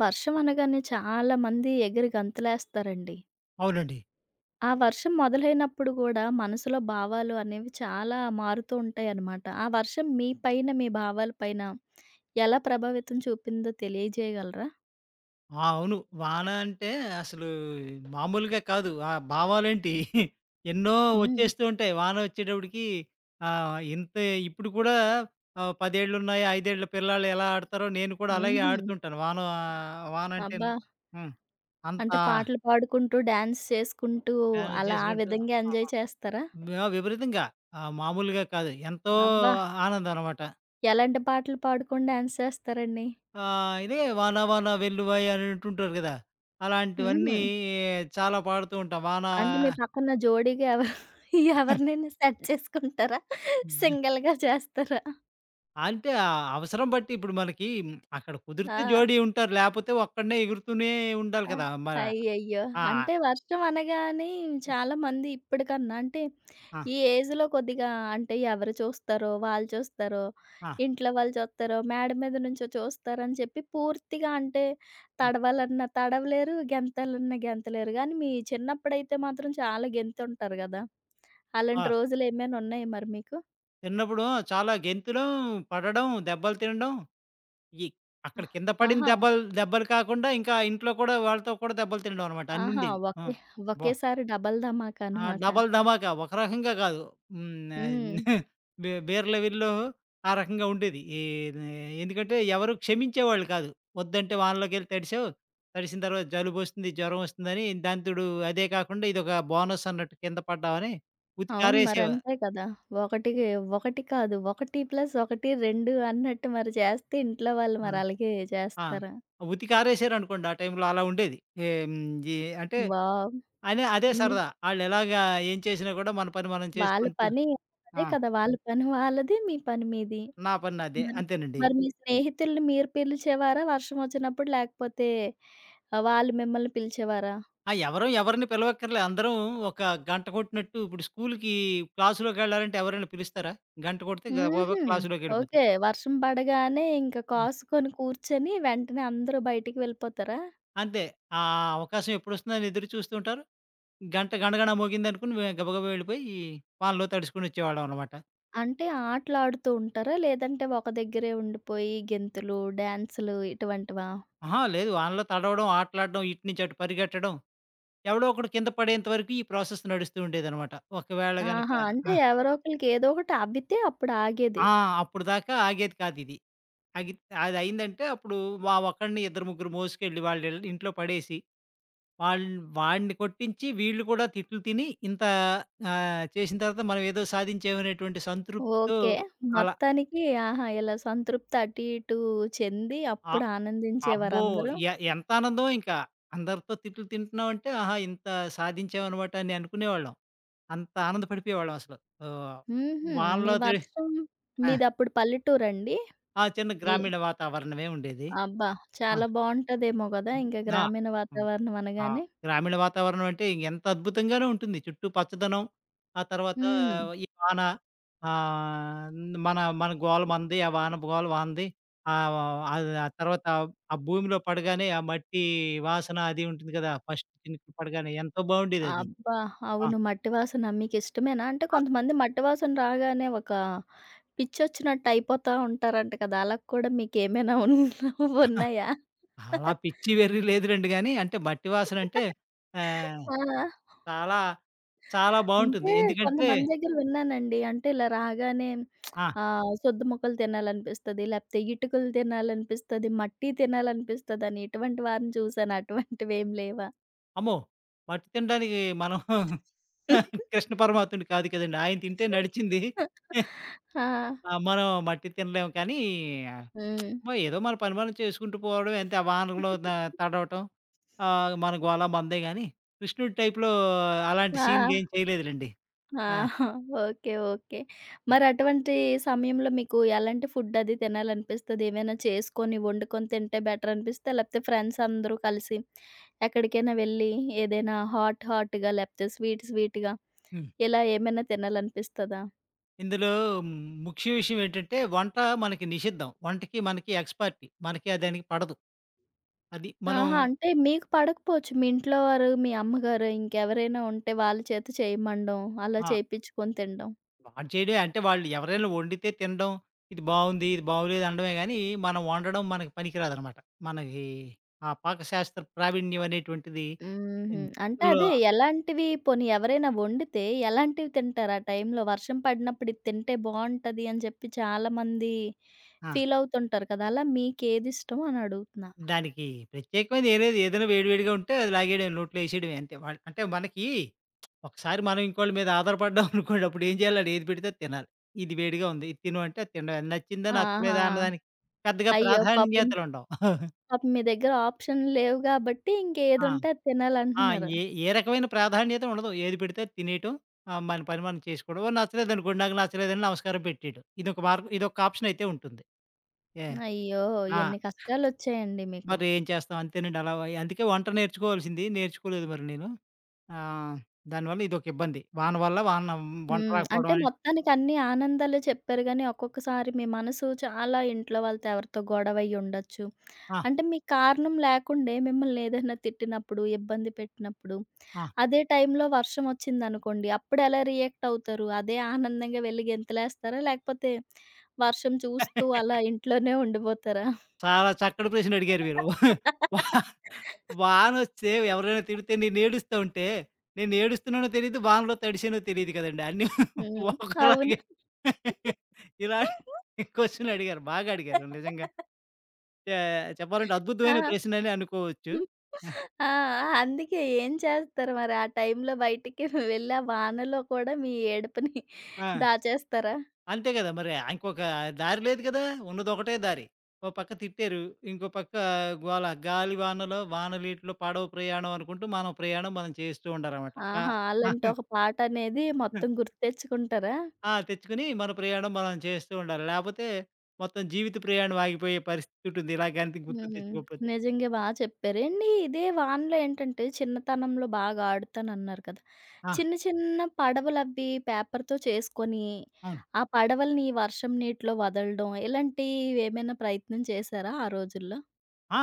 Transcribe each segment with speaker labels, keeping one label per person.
Speaker 1: వర్షం అనగానే చాలామంది ఎగిరి గంతులేస్తారండి.
Speaker 2: అవునండి.
Speaker 1: ఆ వర్షం మొదలైనప్పుడు గూడా మనసులో భావాలు అనేవి చాలా మారుతూ ఉంటాయన్నమాట. ఆ వర్షం మీ పైన, మీ భావాల పైన ఎలా ప్రభావితం చూపిందో తెలియజేయగలరా?
Speaker 2: ఆ! అవును. వాన అంటే అసలు మామూలుగా కాదు. ఆ భావాలేంటి ఎన్నో
Speaker 1: హ్మ్.
Speaker 2: వచ్చేస్తూ ఉంటాయి. వానొచ్చేటప్పటికి ఇంతే ఇప్పుడు కూడా 10 ఏళ్లున్నాయి, 5 ఏళ్ల పిల్లాళ్ళు ఎలా ఆడతారో నేను కూడా అలాగే
Speaker 1: హుహు.
Speaker 2: ఆడుతుంటాను. వానంటే
Speaker 1: అబ్బా!
Speaker 2: హ్మ్. అంత
Speaker 1: అంటే పాటలు పాడుకుంటూ, డాన్స్ చేసుకుంటూ
Speaker 2: మేనేజ్
Speaker 1: అలా ఆ
Speaker 2: చేసుకుంటూ
Speaker 1: విధంగా
Speaker 2: ఆ!
Speaker 1: ఎంజాయ్ చేస్తారా?
Speaker 2: ఆ! విపరీతంగా. ఆ! మామూలుగా కాదు. ఎంతో
Speaker 1: అబ్బా!
Speaker 2: ఆనందం అనమాట.
Speaker 1: ఎలాంటి పాటలు పాడుకొని డాన్స్ చేస్తారండి?
Speaker 2: ఆ! ఇదే 'వాన వాన వెల్లువై' అని అంటుంటారు గదా!
Speaker 1: హుహు.
Speaker 2: అలాంటివన్నీ చాలా పాడుతూ ఉంటాం. వాన
Speaker 1: అంటే మీ పక్కన జోడీగా ఎవరు ఎవరినైనా సెట్ చేసుకుంటారా?
Speaker 2: జు
Speaker 1: సింగిల్‌గా చేస్తారా?
Speaker 2: అంటే ఆ అవసరం బట్టి ఇప్పుడు మనకి అక్కడ కుదిరితే
Speaker 1: ఆ!
Speaker 2: జోడీ ఉంటారు. లేపోతే ఒక్కడినే ఎగురుతూనే ఉండాలి
Speaker 1: ఆ!
Speaker 2: కదా! మన
Speaker 1: అయ్యయ్యో!
Speaker 2: ఆ!
Speaker 1: అంటే వర్షం అనగానే చాలామంది ఇప్పటికన్నా అంటే
Speaker 2: ఆ!
Speaker 1: ఈ ఏజ్‌లో కొద్దిగా అంటే ఎవరు చూస్తారో, వాళ్ళు చూస్తారో,
Speaker 2: ఆ!
Speaker 1: ఇంట్లో వాళ్ళు చూస్తారో, మేడ మీద నుంచో చూస్తారని చెప్పి పూర్తిగా అంటే
Speaker 2: ఆ!
Speaker 1: తడవాలన్నా తడవలేరు, గెంతాలన్నా గెంతలేరు. కానీ మీ చిన్నప్పుడైతే మాత్రం చాలా గెంతుంటారు గదా! అలాంటి
Speaker 2: ఆ!
Speaker 1: రోజులేమైనా ఉన్నాయా మరి మీకు?
Speaker 2: చిన్నప్పుడు చాలా గెంతడం, పడడం, దెబ్బలు తినడం ఈ అక్కడ
Speaker 1: ఆహ్,
Speaker 2: కింద పడిన
Speaker 1: ఆహా!
Speaker 2: దెబ్బలు దెబ్బలు కాకుండా ఇంకా ఇంట్లో కూడా వాళ్ళతో కూడా దెబ్బలు తినడం అనమాట
Speaker 1: ఆహా!
Speaker 2: అన్నుండేవి. ఆ!
Speaker 1: ఒకే
Speaker 2: బా
Speaker 1: ఒకేసారి డబల్ ధమాకా
Speaker 2: ఆ!
Speaker 1: అనమాట.
Speaker 2: డబల్ ధమాకా. ఒక రకంగా కాదు. హ్మ్.
Speaker 1: హ్మ్.
Speaker 2: బీర్ లెవెల్‌లో ఆ రకంగా ఉండేది. ఈ నే ఎందుకంటే ఎవరు క్షమించేవాళ్ళు కాదు. వద్దంటే వానలోకెళ్ళి తడిసావు. తడిసిన తర్వాత జలుబొస్తుంది, జ్వరం వస్తుందని దాని తోడు అదే కాకుండా ఇదొక బోనస్ అన్నట్టు కింద పడ్డావని
Speaker 1: అవును.
Speaker 2: ఉతికారేసేవా.
Speaker 1: మరంతే కదా! ఒకటికి ఒకటి కాదు. 1 + 1, 2 అన్నట్టు మరి చేస్తే ఇంట్లో వాళ్ళు
Speaker 2: ఆ!
Speaker 1: మరి అలాగే
Speaker 2: ఆ!
Speaker 1: చేస్తారా?
Speaker 2: ఉతికారేసారనుకోండి ఆ టైంలో అలా ఉండేది. ఏం జీ అంటే
Speaker 1: వావ్!
Speaker 2: అనే అదే
Speaker 1: హ్మ్.
Speaker 2: సరదా. ఆళ్ళెలాగా ఏం చేసినా కూడా మన పని మనం
Speaker 1: వాళ్ళ
Speaker 2: చేసుకుంటూ
Speaker 1: పని అదే
Speaker 2: ఆ!
Speaker 1: కదా! వాళ్ళ పని వాళ్ళది. మీ పని మీది.
Speaker 2: నా పని నాదే.
Speaker 1: మరి
Speaker 2: అంతేనండి.
Speaker 1: మరి మీ స్నేహితుల్ని మీరు పిలిచేవారా వర్షం వచ్చినప్పుడు? లేకపోతే ఆహ్, వాళ్ళు మిమ్మల్ని పిలిచేవారా?
Speaker 2: ఆ! ఎవరం ఎవరిని పిలవక్కర్లే. అందరం ఒక గంట కొట్టినట్టు ఇప్పుడు స్కూలుకి క్లాసులోకెళ్ళాలంటే ఎవరైనా పిలుస్తారా? గంట కొడితే గబగబా
Speaker 1: హుహు.
Speaker 2: క్లాసులోకెళ్ళిపోతాం.
Speaker 1: ఓకే. వర్షం పడగానే ఇంక
Speaker 2: హ్మ్.
Speaker 1: కాసుకొని కూర్చొని వెంటనే అందరూ బయటికి వెళ్ళిపోతారా?
Speaker 2: అంతే. ఆ అవకాశం ఎప్పుడొస్తుందని ఎదురు చూస్తూ ఉంటారు. గంట గణగణ మోగిందనుకుని మేము గబగబా వెళ్ళిపోయి వానలో తడుచుకొనొచ్చేవాళ్ళం అనమాట.
Speaker 1: అంటే ఆటలాడుతూ ఉంటారా? లేదంటే ఒక దగ్గరే ఉండిపోయి గెంతులు, డాన్సులు ఇటువంటివా?
Speaker 2: అహా! లేదు వానలో తడవడం, ఆటలాడడం, ఇటు నుంచి అటు పరిగెట్టడం, ఎవడో ఒకడు కింద పడేంత వరకు ఈ ప్రాసెస్ నడుస్తూ ఉండేదనమాట. ఒకవేళ గనక
Speaker 1: ఆహా! అంటే
Speaker 2: ఆ!
Speaker 1: ఎవరో ఒకళ్ళకి ఏదో ఒకటి అబ్బితే అప్పుడు ఆగేది.
Speaker 2: ఆ! అప్పుడు దాకా ఆగేది కాదిది. అగి అదయిందంటే అప్పుడు మా ఒక్కడిని ఇద్దరు ముగ్గురు మోసుకెళ్ళి వాళ్ళ ఇంట్లో పడేసి, వాళ్ వాడిని కొట్టించి వీళ్ళు కూడా తిట్లు తిని ఇంత చేసిన తర్వాత మనం ఏదో సాధించామనేటువంటి సంతృప్తితో
Speaker 1: ఓకే.
Speaker 2: అలా
Speaker 1: మొత్తానికి ఆహా! ఇలా సంతృప్తి అటు ఇటు చెంది
Speaker 2: అ
Speaker 1: అప్పుడు
Speaker 2: అబ్బో!
Speaker 1: ఆనందించేవారందరూ.
Speaker 2: ఎంత ఆనందమో ఇంకా. అందరితో తిట్లు తింటున్నామంటే ఆహా! ఇంత సాధించామనమాట అని అనుకునేవాళ్ళం. అంత ఆనందపడిపోయేవాళ్ళం అసలు. ఆహ్,
Speaker 1: హుహు. మీ
Speaker 2: వాళ్ళలో తె
Speaker 1: వర్షం
Speaker 2: ఆ!
Speaker 1: మీదప్పుడు పల్లెటూరండి?
Speaker 2: ఆ! చిన్న
Speaker 1: ఎ
Speaker 2: గ్రామీణ వాతావరణమే ఉండేది.
Speaker 1: అబ్బా!
Speaker 2: ఆ!
Speaker 1: చాలా బావుంటదేమో గదా! ఇంక
Speaker 2: ఆ!
Speaker 1: గ్రామీణ వాతావరణం
Speaker 2: ఆ!
Speaker 1: అనగానే.
Speaker 2: గ్రామీణ వాతావరణం అంటే ఎంత అద్భుతంగానూ ఉంటుంది. చుట్టూ పచ్చదనం, ఆ తర్వాత
Speaker 1: హ్మ్.
Speaker 2: ఈ వాన ఆహ్, మన మన గోల మనది. ఆ వాన గోల వానది. ఆహ్, ఆ తర్వాత ఆ భూమిలో పడగానే ఆ మట్టి వాసన అది ఉంటుంది కదా! ఫస్ట్ చినుకులు పడగానే ఎంతో బావుండేదది.
Speaker 1: అబ్బా!
Speaker 2: ఆ!
Speaker 1: అవును. మట్టి వాసన మీకిష్టమేనా? అంటే
Speaker 2: ఆ!
Speaker 1: కొంతమంది మట్టి వాసన రాగానే ఒక పిచ్చొచ్చినట్టు అయిపోతా ఉంటారంట కదా! అలా కూడా మీకేమైనా ఉన్నాయా?
Speaker 2: అలా పిచ్చి వెర్రి లేదులెండి గానీ, అంటే మట్టి వాసన అంటే ఆహ్,
Speaker 1: ఆ!
Speaker 2: చాలా చాలా బావుంటుంది.
Speaker 1: అంటే
Speaker 2: ఎందుకంటే
Speaker 1: కొంతమంది దగ్గర విన్నానండి. అంటే ఇలా రాగానే
Speaker 2: ఆ!
Speaker 1: ఆహ్, సొద్దు మొక్కలు తినాలనిపిస్తది, లేపోతే ఇటుకలు తినాలనిపిస్తది, మట్టి తినాలనిపిస్తదని ఇటువంటి వారిని చూసాను. అటువంటివేం లేవా?
Speaker 2: అమ్మో! మట్టి తినడానికి మనం కృష్ణ పరమాత్ముడు కాదు కదండీ. ఆయన తింటే నడిచింది.
Speaker 1: ఆ!
Speaker 2: ఆ! మనం మట్టి తినలేము కానీ,
Speaker 1: హ్మ్.
Speaker 2: ఏదో మన పని మనం చేసుకుంటూ పోవడం అంతే. ఆ వానలో తడవటం మన గోల మనదే గానీ, కృష్ణుడి టైప్‌లో అలాంటి సీన్‌లు ఏం
Speaker 1: ఆ!
Speaker 2: చేయలేదులెండి.
Speaker 1: ఆ!
Speaker 2: ఆ!
Speaker 1: ఓకే. ఓకే. మరటువంటి సమయంలో మీకు ఎలాంటి ఫుడ్ అది తినాలనిపిస్తది? ఏమైనా చేసుకొని, వండుకొని తింటే బెటర్ అనిపిస్తదా? లేకపోతే ఫ్రెండ్స్ అందరూ కలిసి ఎక్కడికైనా వెళ్ళి ఏదైనా హాట్ హాట్‌గా లేకపోతే స్వీట్ స్వీట్‌గా
Speaker 2: హ్మ్.
Speaker 1: ఇలా ఏమైనా తినాలనిపిస్తదా?
Speaker 2: ఇందులో మ్, ముఖ్య విషయం ఏంటంటే వంట మనకి నిషిద్ధం. వంటకి, మనకి ఎక్స్‌పర్టీ. మనకి ఆ దానికి పడదు. అది మనం
Speaker 1: ఆహా! అంటే మీకు పడకపోవచ్చు. మీ ఇంట్లో వారు, మీ అమ్మగారు ఇంకెవరైనా ఉంటే వాళ్ళ చేత చేయమనడం, అలా
Speaker 2: ఆ!
Speaker 1: చేపిచ్చుకొని తినడం.
Speaker 2: వాడు చేయడే అంటే వాళ్ళు ఎవరైనా వండితే తినడం, ఇది బావుంది, ఇది బాగోలేదు అనడమే గానీ, మనం వండడం మనకి పనికిరాదనమాట. మనకి ఆ పాకశాస్త్ర ప్రావీణ్యం అనేటువంటిది
Speaker 1: హుహు.
Speaker 2: హ్మ్.
Speaker 1: అంటే
Speaker 2: లో
Speaker 1: అదే ఎలాంటివి పోనీ ఎవరైనా వండితే ఎలాంటివి తింటారు ఆ టైంలో? వర్షం పడినప్పుడు ఇది తింటే బావుంటది అని చెప్పి చాలామంది
Speaker 2: ఆ!
Speaker 1: ఫీల్ అవుతుంటారు కదా! అలా మీకేది ఇష్టం అని అడుగుతున్నా?
Speaker 2: దానికి ప్రత్యేకమైనది ఏం లేదు. ఏదైనా వేడి వేడిగా ఉంటే అది లాగేయడమే నోట్లో ఏసేయడమే అంతే. అంటే మనకి ఒకసారి మనం ఇంకోళ్ళ మీద ఆధారపడ్డాం అనుకోండి, అప్పుడు ఏం చేయాలి ఆడు ఏది పెడితే అది తినాలి. ఇది వేడిగా ఉంది, ఇది తిను అంటే అది తినడమే. నచ్చిందా, నచ్చలేదా
Speaker 1: ఆహా!
Speaker 2: అన్నదానికి పెద్దగా
Speaker 1: అయ్యో! పాపం
Speaker 2: ప్రాధాన్యతలుండవు.
Speaker 1: పాపం మీ దగ్గర ఆప్షన్లు లేవు కాబట్టి
Speaker 2: ఆ!
Speaker 1: ఇంకేదుంటే అది
Speaker 2: ఆ!
Speaker 1: తినాలంటున్నారు.
Speaker 2: ఏ ఏ రకమైన ప్రాధాన్యత ఉండదు. ఏది పెడితే అది తినేయటం. మన పని మనం చేసుకోవడం. ఓ నచ్చలేదనుకోండి, నాకు నచ్చలేదని నమస్కారం పెట్టేయటం. ఇదొక మార్గం ఇదొక ఆప్షన్ అయితే ఉంటుంది. ఏ
Speaker 1: అయ్యో!
Speaker 2: ఆ!
Speaker 1: ఎన్ని కష్టాలొచ్చాయండి మీకు.
Speaker 2: మరి ఏం చేస్తాం అంతేనండి అలా అందుకే వంట నేర్చుకోవాల్సింది నేర్చుకోలేదు మరి నేను. ఆహ్, దానివల్ల ఇదొక ఇబ్బంది. వాన వల్ల వంట
Speaker 1: హ్మ్. అంటే
Speaker 2: రాకపోవడం అని.
Speaker 1: మొత్తానికి అన్ని ఆనందాలే చెప్పారు గానీ, ఒక్కొక్కసారి మీ మనసు చాలా ఇంట్లో వాళ్ళతో ఎవరితో గొడవ అయ్యి ఉండొచ్చు.
Speaker 2: ఆ!
Speaker 1: అంటే మీకు కారణం లేకుండే మిమ్మల్ని ఏదైనా తిట్టినప్పుడు, ఇబ్బంది పెట్టినప్పుడు,
Speaker 2: ఆ!
Speaker 1: అదే టైంలో వర్షం వచ్చిందనుకోండి, అప్పుడెలా రియాక్ట్ అవుతారు? అదే ఆనందంగా వెళ్లి గెంతులేస్తారా? లేకపోతే వర్షం చూస్తూ అలా ఇంట్లోనే ఉండిపోతారా?
Speaker 2: చాలా చక్కటి ప్రశ్న అడిగారు మీరు. వానొస్తే ఎవరైనా తిడితే నేనేడుస్తా ఉంటే, నేనేడుస్తున్నానో తెలీదు, వానలో తడిశానో తెలీదు కదండీ. అన్నీ
Speaker 1: హ్మ్. అవును.
Speaker 2: ఒకలాగే ఇలాంటి క్వెషన్ అడిగారు. బాగా అడిగారు నిజంగా. చే చెప్పాలంటే అద్భుతమైన
Speaker 1: ఆ!
Speaker 2: ప్రశ్ననే అనుకోవచ్చు.
Speaker 1: హ్మ్. ఆ! అందుకే ఏం చేస్తారు మరి? ఆ టైంలో బయటికి వెళ్ళి ఆ వానలో కూడా మీ ఏడుపుని
Speaker 2: ఆ!
Speaker 1: దాచేస్తారా?
Speaker 2: అంతే కదా! మరి ఇంకొక దారి లేదు కదా! ఉన్నదొకటే దారి. ఓ పక్క తిట్టారు, ఇంకో పక్క గోల. గాలి వానలో వానలీటిలో పాడవ ప్రయాణం అనుకుంటూ, మనం ప్రయాణం మనం చేస్తూ ఉండాలనమాట. ఆ!
Speaker 1: ఆహా! ఆళ్ళంటే ఒక పాటనేది మొత్తం గుర్తుతెచ్చుకుంటారా?
Speaker 2: ఆ! తెచ్చుకొని మన ప్రయాణం మనం చేస్తూ ఉండాలి. లేపోతే మొత్తం జీవిత ప్రయాణం ఆగిపోయే పరిస్థితి ఉంటుంది. ఇలా గంతి గుర్తు
Speaker 1: హ్మ్.
Speaker 2: తెచ్చుకోకపోతే.
Speaker 1: నిజంగా బా చెప్పారు. ఏండి ఇదే వానలో ఏంటంటే చిన్నతనంలో బాగా ఆడుతానన్నారు కదా!
Speaker 2: ఆ!
Speaker 1: చిన్న చిన్న పడవలవి పేపర్‌తో చేసుకొని,
Speaker 2: అవును.
Speaker 1: ఆ పడవలని వర్షం నీటిలో వదలడం ఇలాంటివేమైనా ప్రయత్నం చేశారా ఆ రోజుల్లో?
Speaker 2: ఆ!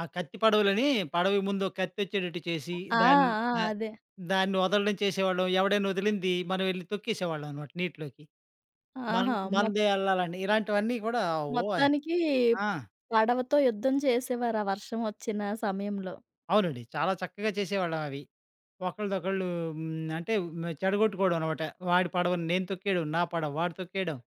Speaker 2: ఆ కత్తి పడవలని పడవకి ముందు ఒక కత్తొచ్చేటట్టు చేసి
Speaker 1: ఆ!
Speaker 2: దాన్ని
Speaker 1: ఆ!
Speaker 2: ఆహ్,
Speaker 1: అదే.
Speaker 2: దాన్ని వదలడం చేసేవాళ్ళం. ఎవడైనా వదిలింది మనం వెళ్లి తొక్కేసేవాళ్ళం అన్నమాట నీటిలోకి. మన
Speaker 1: ఆహా!
Speaker 2: మనదే ఎళ్ళాలని ఇలాంటివన్నీ కూడా ఓయ్!
Speaker 1: మొత్తానికి
Speaker 2: ఆ!
Speaker 1: పడవతో యుద్ధం చేసేవారు ఆ వర్షం వచ్చిన సమయంలో.
Speaker 2: అవునండి. చాలా చక్కగా చేసేవాళ్ళం అవి. ఒకళ్ళదొకళ్ళు హ్మ్. అంటే చెడగొట్టుకోవడం అన్నమాట. వాడి పడవని నేను తొక్కేయడం, నా పడవ వాడు తొక్కేయడం.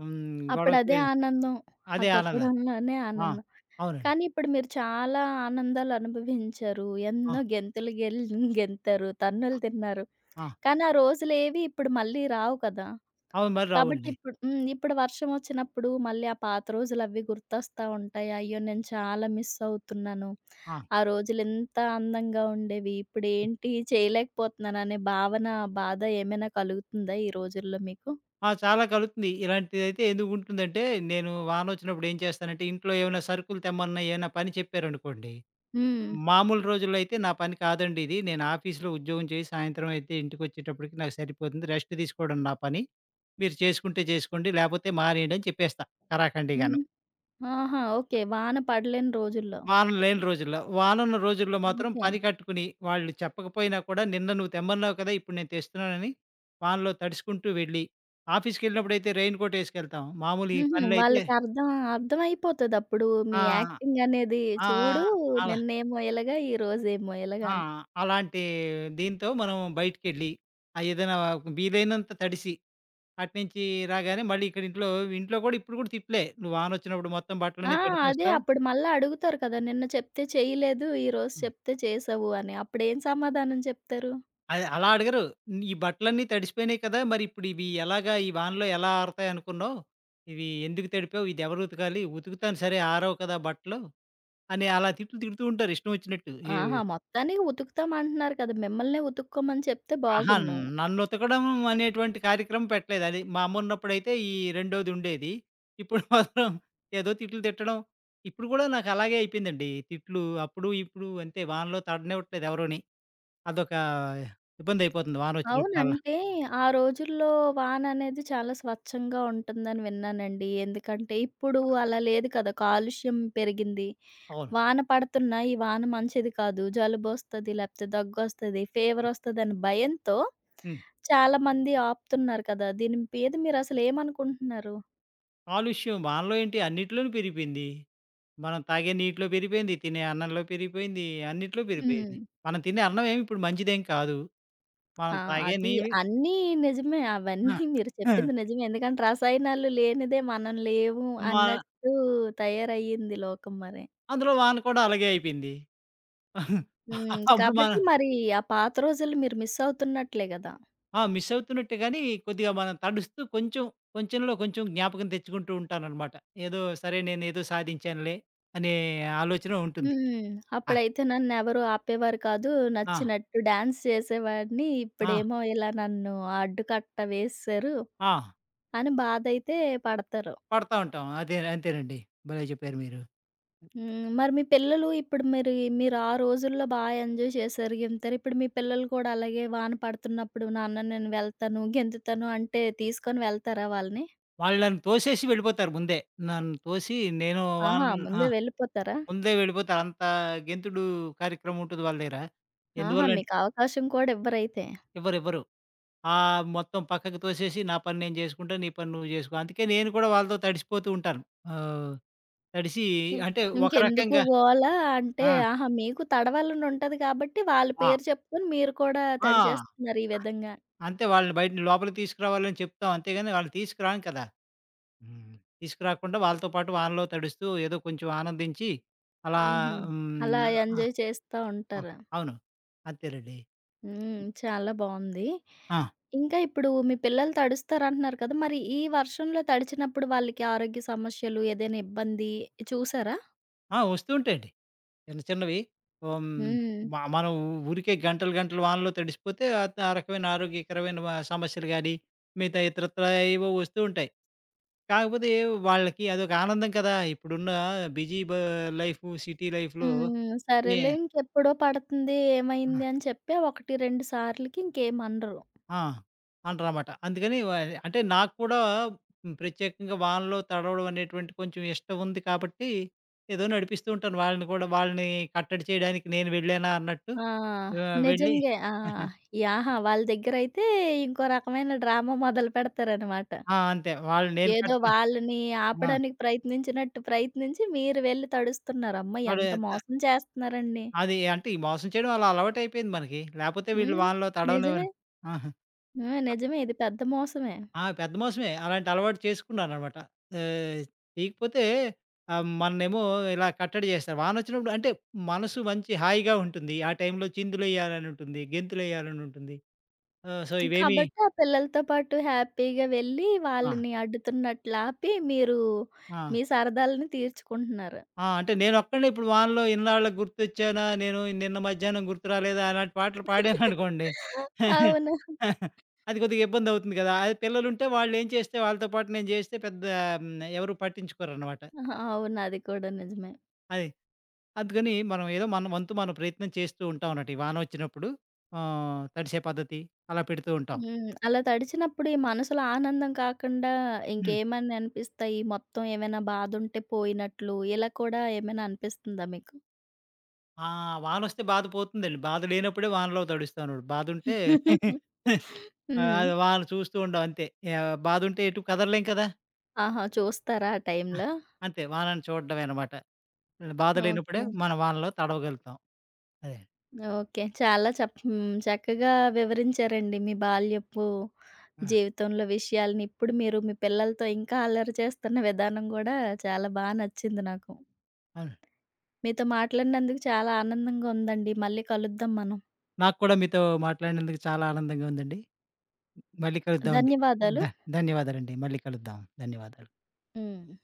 Speaker 2: హ్మ్. గొడవ
Speaker 1: అప్పుడదే
Speaker 2: చేయడం.
Speaker 1: ఆనందం. ఆ
Speaker 2: అదే ఆనందం.
Speaker 1: తొక్కడంలోనే
Speaker 2: ఆ!
Speaker 1: ఆనందం.
Speaker 2: అవునండి.
Speaker 1: కానీ ఇప్పుడు మీరు చాలా ఆనందాలు అనుభవించారు.
Speaker 2: ఆ!
Speaker 1: ఎన్నో గెంతులు గెంతారు, తన్నులు తిన్నారు.
Speaker 2: ఆ!
Speaker 1: కానీ ఆ రోజులేవి ఇప్పుడు మళ్ళీ రావు కదా!
Speaker 2: అవును. మరి
Speaker 1: కాబట్టి
Speaker 2: రావండి.
Speaker 1: ఇప్పుడు హ్మ్. ఇప్పుడు వర్షం వచ్చినప్పుడు మళ్ళీ ఆ పాత రోజులవి గుర్తొస్తా ఉంటాయి. అయ్యో! నేను చాలా మిస్ అవుతున్నాను.
Speaker 2: ఆ!
Speaker 1: ఆ రోజులెంత అందంగా ఉండేవి. ఇప్పుడేంటి చేయలేకపోతున్నాననే భావన, బాధ ఏమైనా కలుగుతుందా ఈ రోజుల్లో మీకు?
Speaker 2: ఆ! చాలా కలుగుతుంది. ఇలాంటిదైతే ఎందుకుంటుందంటే, నేను వానొచ్చినప్పుడు ఏం చేస్తానంటే, ఇంట్లో ఏమైనా సరుకులు తెమ్మన్నా, ఏమైనా పని చెప్పారనుకోండి,
Speaker 1: హ్మ్.
Speaker 2: మామూలు రోజుల్లో అయితే నా పని కాదండి ఇది. నేను ఆఫీస్‌లో ఉద్యోగం చేసి, సాయంత్రం అయితే ఇంటికొచ్చేటప్పటికి నాకు సరిపోతుంది. రెస్ట్ తీసుకోవడం నా పని. మీరు చేసుకుంటే చేసుకోండి, లేపోతే మానేయండి అని చెప్పేస్తా. ఖరాకండిగా.
Speaker 1: హ్మ్. ఆహా! ఓకే. వాన పడలేని రోజుల్లో.
Speaker 2: వాన లేని రోజుల్లో. వానున్న రోజుల్లో మాత్రం
Speaker 1: ఓకే.
Speaker 2: పని కట్టుకుని, వాళ్ళు చెప్పకపోయినా కూడా నిన్న నువ్వు తెమ్మన్నావు కదా! ఇప్పుడు నేను తెస్తున్నానని వానలో తడుసుకుంటూ వెళ్ళి, ఆఫీస్‌కెళ్ళినప్పుడైతే రెయిన్‌కోట్ ఏసుకెళ్తాం. మామూలు ఈ
Speaker 1: హుహు.
Speaker 2: పనులైతే
Speaker 1: వాళ్ళకి అర్థం అర్థమైపోతదప్పుడు. మీ
Speaker 2: ఆ!
Speaker 1: యాక్టింగ్ అనేది
Speaker 2: ఆ!
Speaker 1: చూడు
Speaker 2: అలా
Speaker 1: నిన్నేమో ఇలాగా, ఈరోజేమో ఇలాగా
Speaker 2: ఆ!
Speaker 1: అని.
Speaker 2: అలాంటి దీంతో మనం బయటికెళ్ళి, ఆ ఏదైనా వీలైనంత తడిసి, అటునుంచి రాగానే మళ్ళీ ఇక్కడ ఇంట్లో ఇంట్లో కూడా ఇప్పుడు కూడా తిట్లే. "నువ్వు వానొచ్చినప్పుడు మొత్తం
Speaker 1: ఆ!
Speaker 2: బట్టలన్నీ
Speaker 1: అదే
Speaker 2: తడిపేస్తావు".
Speaker 1: అప్పుడు మళ్ళా అడుగుతారు కదా! నిన్న చెప్తే చేయలేదు, ఈరోజు చెప్తే చేసావు అని. అప్పుడేం సమాధానం చెప్తారు?
Speaker 2: అది అలా అడగరు. "ఈ బట్టలన్నీ తడిసిపోయినాయి కదా! మరిప్పుడు ఇవి ఎలాగా ఈ వానలో ఎలా ఆరతాయనుకున్నావు? ఇవి ఎందుకు తడిపావు? ఇదెవరు ఉతకాలి? ఉతుకుతాను సరే ఆరవు కదా బట్టలు" అని అలా తిట్లు తిడుతూ ఉంటారు ఇష్టం వచ్చినట్టు. ఈ
Speaker 1: ఆహా! మొత్తానికి ఉతుకుతామంటున్నారు కదా! మిమ్మల్నే ఉతుక్కోమని చెప్తే
Speaker 2: అహా!
Speaker 1: బాగున్ను.
Speaker 2: నన్ను ఉతకడం అనేటువంటి కార్యక్రమం పెట్టలేదు. అది మా అమ్మ ఉన్నప్పుడైతే ఈ రెండోది ఉండేది. ఇప్పుడు మాత్రం ఏదో తిట్లు తిట్టడం. ఇప్పుడు కూడా నాకు అలాగే అయిపోయిందండి. తిట్లు అప్పుడు, ఇప్పుడు అంతే వానలో తడనివ్వట్లేదు ఎవరుని. అదొక ఇబ్బందయిపోతుంది
Speaker 1: అవును.
Speaker 2: వానొచ్చినప్పుడల్లా.
Speaker 1: అంటే ఆ రోజుల్లో వాననేది చాలా స్వచ్ఛంగా ఉంటుందని విన్నానండి. ఎందుకంటే ఇప్పుడు అలా లేదు కదా! కాలుష్యం పెరిగింది.
Speaker 2: అవును.
Speaker 1: వాన పడుతున్నా ఈ వాన మంచిది కాదు. జలుబొస్తది, లేకపోతే దగ్గొస్తది, ఫీవరొస్తదని భయంతో
Speaker 2: హ్మ్.
Speaker 1: చాలామంది ఆపుతున్నారు కదా! దీని మీద మీరసలు ఏమనుకుంటున్నారు?
Speaker 2: కాలుష్యం మనలో ఏంటి అన్నిట్లోనూ పెరిగిపోయింది. మనం తాగే నీటిలో పెరిగిపోయింది, తినే అన్నంలో పెరిగిపోయింది, అన్నిట్లో పెరిగిపోయింది.
Speaker 1: హ్మ్.
Speaker 2: మనం తినే అన్నం ఏమి ఇప్పుడు మంచిదేం కాదు. మనం
Speaker 1: ఆ!
Speaker 2: తాగే
Speaker 1: అది
Speaker 2: నీళ్ళు
Speaker 1: అన్నీ నిజమే.
Speaker 2: ఆ!
Speaker 1: అవన్నీ మీరు
Speaker 2: ఆ!
Speaker 1: చెప్పింది నిజమే. ఎందుకంటే రసాయనాలు లేనిదే మనం లేము
Speaker 2: మా
Speaker 1: అన్నట్టు తయారయ్యింది లోకం మరి.
Speaker 2: అందులో వాన కూడా అలాగే అయిపోయింది.
Speaker 1: హ్మ్.
Speaker 2: అప్పుడు మనం
Speaker 1: కాబట్టి మరి ఆ పాత రోజులు మీరు మిస్ అవుతున్నట్లే గదా!
Speaker 2: ఆ! మిస్ అవుతున్నట్టే గాని కొద్దిగా మనం తడుస్తూ కొంచెం, కొంచెంలో కొంచెం జ్ఞాపకం తెచ్చుకుంటూ ఉంటాననమాట. ఏదో సరే నేనేదో సాధించానులే అనే ఆలోచన ఉంటుంది.
Speaker 1: హ్మ్.
Speaker 2: ఆ!
Speaker 1: అప్పుడైతే నన్నెవరు ఆపేవారు కాదు.
Speaker 2: ఆ!
Speaker 1: నచ్చినట్టు డాన్స్ చేసేవాడిని.
Speaker 2: ఆ!
Speaker 1: ఇప్పుడేమో ఇలా నన్ను అడ్డుకట్ట వేసేశారు
Speaker 2: ఆ!
Speaker 1: అని బాధైతే పడతారు.
Speaker 2: పడతా ఉంటాం. అదే అంతేనండి. భలే చెప్పారు మీరు.
Speaker 1: హ్మ్. మరి మీ పిల్లలు ఇప్పుడు మీరు మీరు ఆ రోజుల్లో బా ఎంజాయ్ చేశారు, గెంతారు. ఇప్పుడు మీ పిల్లలు కూడా అలాగే వాన పడుతున్నప్పుడు నాన్న నేను వెళ్తాను, గెంతుతాను అంటే తీసుకొని వెళ్తారా వాళ్ళని?
Speaker 2: వాళ్ళు నన్ను తోసేసి వెళ్ళిపోతారు ముందే. నన్ను తోసి నేను వాళ్ళ
Speaker 1: ఆహా!
Speaker 2: ఆ!
Speaker 1: ముందే వెళ్ళిపోతారా?
Speaker 2: ముందే వెళ్ళిపోతారు. అంత గెంతుడు కార్యక్రమం ఉంటుంది వాళ్ళ దగ్గర.
Speaker 1: ఆహా!
Speaker 2: ఎందువల్లంటే
Speaker 1: మీకు అవకాశం కూడా ఇవ్వరైతే.
Speaker 2: ఇవ్వరు, ఇవ్వరు. మొత్తం పక్కకు తోసేసి నా పని నేను చేసుకుంటా. నీ పని నువ్వు చేసుకో. అందుకే నేను కూడా వాళ్ళతో తడిసిపోతూ ఉంటాను. ఆహ్, తడిసి
Speaker 1: హ్మ్.
Speaker 2: అంటే ఒక
Speaker 1: ఇంకెందుకు
Speaker 2: రకంగా
Speaker 1: గోల అంటే,
Speaker 2: ఆ!
Speaker 1: ఆహా! మీకు తడవాలని ఉంటది కాబట్టి వాళ్ళ
Speaker 2: ఆ!
Speaker 1: పేరు చెప్పుకొని మీరు కూడా
Speaker 2: ఆ!
Speaker 1: తడిచేస్తున్నారు ఈ విధంగా.
Speaker 2: అంతే వాళ్ళని బయట లోపలికి తీసుకురావాలని చెప్తాం. అంతేగాని వాళ్ళని తీసుకురాను కదా! హ్మ్. తీసుకురాకుండా వాళ్ళతో పాటు వానలో తడుస్తూ ఏదో కొంచెం ఆనందించి అలా
Speaker 1: హుహు. అలా
Speaker 2: హ్మ్. ఆ!
Speaker 1: ఎంజాయ్ చేస్తా
Speaker 2: ఆ!
Speaker 1: ఉంటారు.
Speaker 2: అవును. అంతేనండి.
Speaker 1: హ్మ్. చాలా బావుంది.
Speaker 2: ఆ!
Speaker 1: ఇంకా ఇప్పుడు మీ పిల్లలు తడుస్తారంటున్నారు కదా! మరి ఈ వర్షంలో తడిచినప్పుడు వాళ్ళకి ఆరోగ్య సమస్యలు, ఏదైనా ఇబ్బంది చూసారా?
Speaker 2: ఆ! వస్తూ ఉంటాయండి. చిన్న చిన్నవి. హ్మ్.
Speaker 1: హ్మ్.
Speaker 2: మనం ఊరికే గంటలు గంటలు వానలో తడిసిపోతే ఆ ఆ రకమైన ఆరోగ్యకరమైన సమస్యలు గాని, మిగతా ఇతరత్రా ఏవో వస్తూ ఉంటాయి. కాకపోతే వాళ్ళకి అదొక ఆనందం కదా! ఇప్పుడున్న బిజీ బ లైఫు, సిటీ లైఫ్‌లో
Speaker 1: హ్మ్.
Speaker 2: ఏ
Speaker 1: సరేలే ఇంకెప్పుడో పడుతుంది
Speaker 2: ఆ!
Speaker 1: ఏమైంది అని చెప్పి 1, 2 సార్లకి ఇంకేమనరు.
Speaker 2: ఆ! అనరనమాట. అందుకని వ అంటే నాకు కూడా ప్రత్యేకంగా వానలో తడవడం అనేటువంటి కొంచెం ఇష్టం ఉంది కాబట్టి, ఏదో నడిపిస్తూ ఉంటాను. వాళ్ళని కట్టడి చేయడానికి నేను వెళ్ళానా అన్నట్టు
Speaker 1: ఆ!
Speaker 2: వెళ్ళి
Speaker 1: నిజంగే. ఆ! యాహా! వాళ్ళ దగ్గరైతే ఇంకో రకమైన డ్రామా మొదలుపెడతారనమాట.
Speaker 2: ఆ! అంతే. వాళ్ళు నేను
Speaker 1: ఏదో
Speaker 2: కట్టిన
Speaker 1: వాళ్ళని
Speaker 2: ఆ!
Speaker 1: ఆపడానికి ప్రయత్నించినట్టు ప్రయత్నించి మీరు వెళ్లి తడుస్తున్నారు. అమ్మ!
Speaker 2: వాడు
Speaker 1: ఎంత
Speaker 2: త
Speaker 1: మోసం చేస్తున్నారండి.
Speaker 2: అది అంటే ఈ మోసం చేయడం అలా అలవాటయిపోయింది మనకి. లేపోతే వీళ్ళు
Speaker 1: హ్మ్.
Speaker 2: వానలో
Speaker 1: నిజమే.
Speaker 2: తడవనివ్వరు. ఆ!
Speaker 1: హ్మ్. నిజమే. ఇది పెద్ద మోసమే.
Speaker 2: ఆ! పెద్ద మోసమే. అలాంటి అలవాటు చేసుకున్నాననమాట. ఆహ్, తీయకపోతే మననేమో ఇలా కట్టడి చేస్తారు. వానొచ్చినప్పుడు అంటే మనసు మంచి హాయిగా ఉంటుంది. ఆ టైంలో చిందులెయ్యాలని ఉంటుంది. గెంతులేయాలని ఉంటుంది. సో, ఇవేమి
Speaker 1: కాబట్టి ఆ పిల్లలతో పాటు హ్యాపీగా వెళ్లి
Speaker 2: ఆ!
Speaker 1: వాళ్ళని అడ్డుతున్నట్లు ఆపి మీరు
Speaker 2: ఆ!
Speaker 1: మీ సరదాలను తీర్చుకుంటున్నారు.
Speaker 2: ఆ! అంటే నేనొక్కడినే ఇప్పుడు వానలో ఇన్నాళ్ళకి గుర్తొచ్చానా, నేను నిన్న మధ్యాహ్నం గుర్తు రాలేదా అలాంటి పాటలు పాడాననుకోండి.
Speaker 1: అవును.
Speaker 2: అది కొద్దిగా ఇబ్బందవుతుంది కదా! అదే పిల్లలుంటే వాళ్ళేం చేస్తే వాళ్ళతో పాటు నేను చేస్తే పెద్ద హ్మ్, ఎవరు పట్టించుకోరనమాట.
Speaker 1: అవును. అది కూడా నిజమే.
Speaker 2: అది. అందుకని మనం ఏదో మన వంతు మనం ప్రయత్నం చేస్తూ ఉంటాం అన్నట్టు. ఈ వాన వచ్చినప్పుడు తడిసే పద్ధతి అలా పెడుతూ ఉంటాం.
Speaker 1: హ్మ్. అలా తడిచినప్పుడు ఈ మనసులో ఆనందం కాకుండా
Speaker 2: హ్మ్.
Speaker 1: ఇంకేమన్నా అనిపిస్తాయి? మొత్తం ఏమైనా బాధుంటే పోయినట్లు ఇలా కూడా ఏమైనా అనిపిస్తుందా మీకు?
Speaker 2: ఆ! వానొస్తే బాధ పోతుందండి. బాధ లేనప్పుడే వానలో తడుస్తాను. బాధుంటే ఆహ్,
Speaker 1: హ్మ్.
Speaker 2: వాన చూస్తూ ఉండం అంతే. బాధుంటే ఎటు కదలలేం కదా!
Speaker 1: ఆహా! చూస్తారా ఆ
Speaker 2: ఆ!
Speaker 1: టైంలో?
Speaker 2: అంతే వానని చూడడమే అన్నమాట. బాధ లేనప్పుడే
Speaker 1: ఓకే.
Speaker 2: మనం వానలో తడవగలుగుతాం. అదే.
Speaker 1: ఓకే. చాలా చప్ హ్మ్. చక్కగా వివరించారండి మీ బాల్యపు
Speaker 2: ఆ!
Speaker 1: జీవితంలో విషయాలని. ఇప్పుడు మీరు మీ పిల్లలతో ఇంకా అల్లరి చేస్తున్న విధానం గూడా చాలా బా నచ్చింది నాకు.
Speaker 2: అవును.
Speaker 1: మీతో మాట్లాడినందుకు చాలా ఆనందంగా ఉందండి. మళ్ళీ కలుద్దాం మనం.
Speaker 2: నాకు కూడా మీతో మాట్లాడినందుకు చాలా ఆనందంగా ఉందండి. మళ్ళీ కలుద్దామండి.
Speaker 1: ధన్యవాదాలు.
Speaker 2: ధ ధన్యవాదాలండి. మళ్ళీ కలుద్దాం. ధన్యవాదాలు.
Speaker 1: హ్మ్.